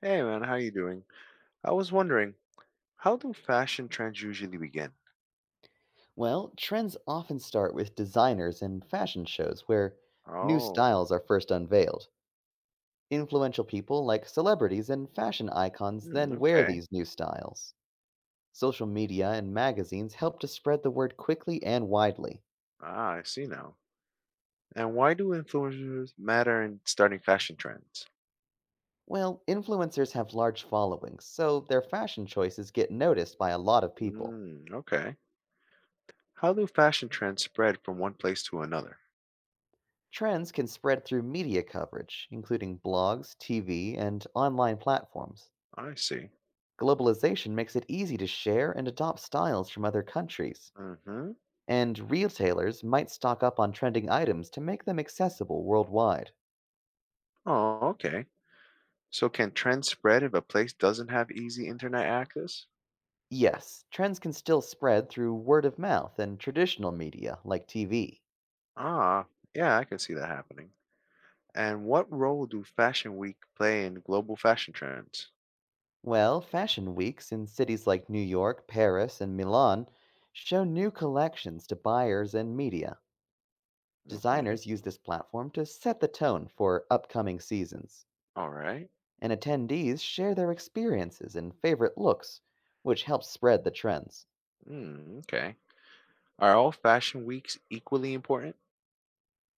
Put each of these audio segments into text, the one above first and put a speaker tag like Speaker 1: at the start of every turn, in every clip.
Speaker 1: Hey man, how you doing? I was wondering, how do fashion trends usually begin?
Speaker 2: Well, trends often start with designers and fashion shows where new
Speaker 1: Oh,
Speaker 2: styles are first unveiled. Influential people like celebrities and fashion icons
Speaker 1: hmm,
Speaker 2: then wear
Speaker 1: okay.
Speaker 2: these new styles. Social media and magazines help to spread the word quickly and widely.
Speaker 1: Ah, I see now. And why do influencers matter in starting fashion trends?
Speaker 2: Well, influencers have large followings, so their fashion choices get noticed by a lot of people.
Speaker 1: Mm, okay. How do fashion trends spread from one place to another?
Speaker 2: Trends can spread through media coverage, including blogs, TV, and online platforms.
Speaker 1: I see.
Speaker 2: Globalization makes it easy to share and adopt styles from other countries,
Speaker 1: Mm-hmm.
Speaker 2: and retailers might stock up on trending items to make them accessible worldwide.
Speaker 1: Oh, okay. So can trends spread if a place doesn't have easy internet access?
Speaker 2: Yes, trends can still spread through word of mouth and traditional media like TV.
Speaker 1: Ah, yeah, I can see that happening. And what role do Fashion Week play in global fashion trends?
Speaker 2: Well, fashion weeks in cities like New York, Paris, and Milan show new collections to buyers and media.
Speaker 1: Mhm.
Speaker 2: Designers use this platform to set the tone for upcoming seasons.
Speaker 1: All right.
Speaker 2: And attendees share their experiences and favorite looks, which helps spread the trends.
Speaker 1: Mm, okay. Are all fashion weeks equally important?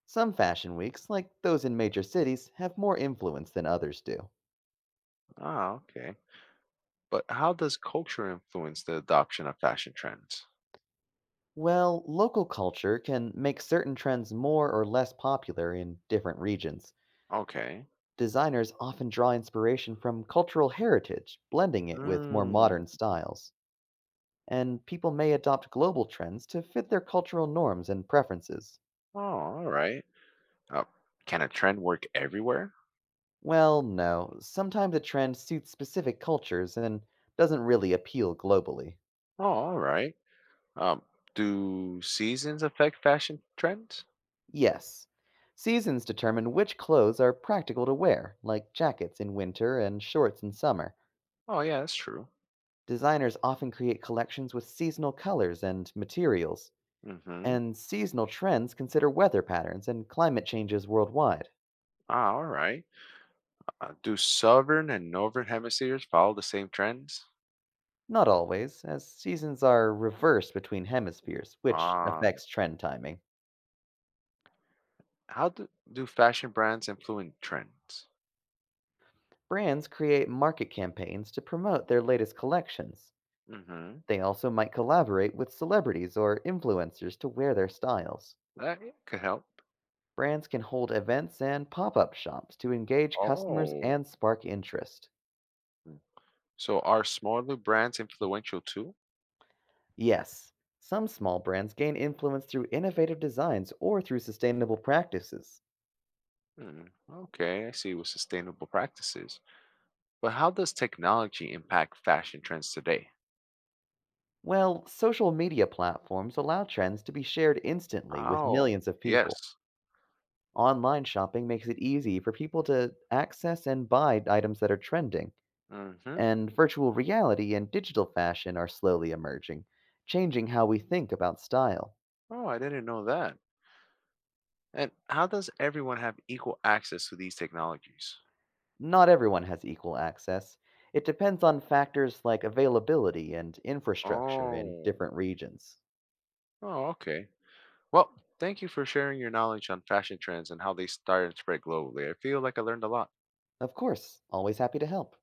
Speaker 2: Some fashion weeks, like those in major cities, have more influence than others do.
Speaker 1: Ah, okay. But how does culture influence the adoption of fashion trends?
Speaker 2: Well, local culture can make certain trends more or less popular in different regions.
Speaker 1: Okay.
Speaker 2: Designers often draw inspiration from cultural heritage, blending it with more
Speaker 1: Hmm.
Speaker 2: modern styles. And people may adopt global trends to fit their cultural norms and preferences.
Speaker 1: Oh, all right. Uh, can a trend work everywhere?
Speaker 2: Well, no. Sometimes a trend suits specific cultures and doesn't really appeal globally.
Speaker 1: Oh, all right. Um, do seasons affect fashion trends?
Speaker 2: Yes. Seasons determine which clothes are practical to wear, like jackets in winter and shorts in summer.
Speaker 1: Oh, yeah, that's true.
Speaker 2: Designers often create collections with seasonal colors and materials,
Speaker 1: Mm-hmm.
Speaker 2: and seasonal trends consider weather patterns and climate changes worldwide.
Speaker 1: Ah, all right. Do southern and northern hemispheres follow the same trends?
Speaker 2: Not always, as seasons are reversed between hemispheres, which
Speaker 1: Um,
Speaker 2: affects trend timing.
Speaker 1: how do fashion brands influence trends?
Speaker 2: Brands create market campaigns to promote their latest collections.
Speaker 1: Mm-hmm.
Speaker 2: They also might collaborate with celebrities or influencers to wear their styles.
Speaker 1: That, yeah, could help.
Speaker 2: Brands can hold events and pop up shops to engage customers
Speaker 1: Oh.
Speaker 2: and spark interest.
Speaker 1: Mm. So are smaller brands influential too?
Speaker 2: Yes, some small brands gain influence through innovative designs or through sustainable practices.
Speaker 1: Hmm. Okay, I see with sustainable practices. But how does technology impact fashion trends today?
Speaker 2: Well, social media platforms allow trends to be shared instantly with
Speaker 1: Oh,
Speaker 2: millions of people.
Speaker 1: yes.
Speaker 2: Online shopping makes it easy for people to access and buy items that are trending,
Speaker 1: Mm-hmm.
Speaker 2: and virtual reality and digital fashion are slowly emerging, changing how we think about style.
Speaker 1: Oh, I didn't know that. And how does everyone have equal access to these technologies?
Speaker 2: Not everyone has equal access. It depends on factors like availability and infrastructure in
Speaker 1: Oh.
Speaker 2: different regions.
Speaker 1: Oh, okay. Well, thank you for sharing your knowledge on fashion trends and how they start and spread globally. I feel like I learned a lot.
Speaker 2: Of course, always happy to help.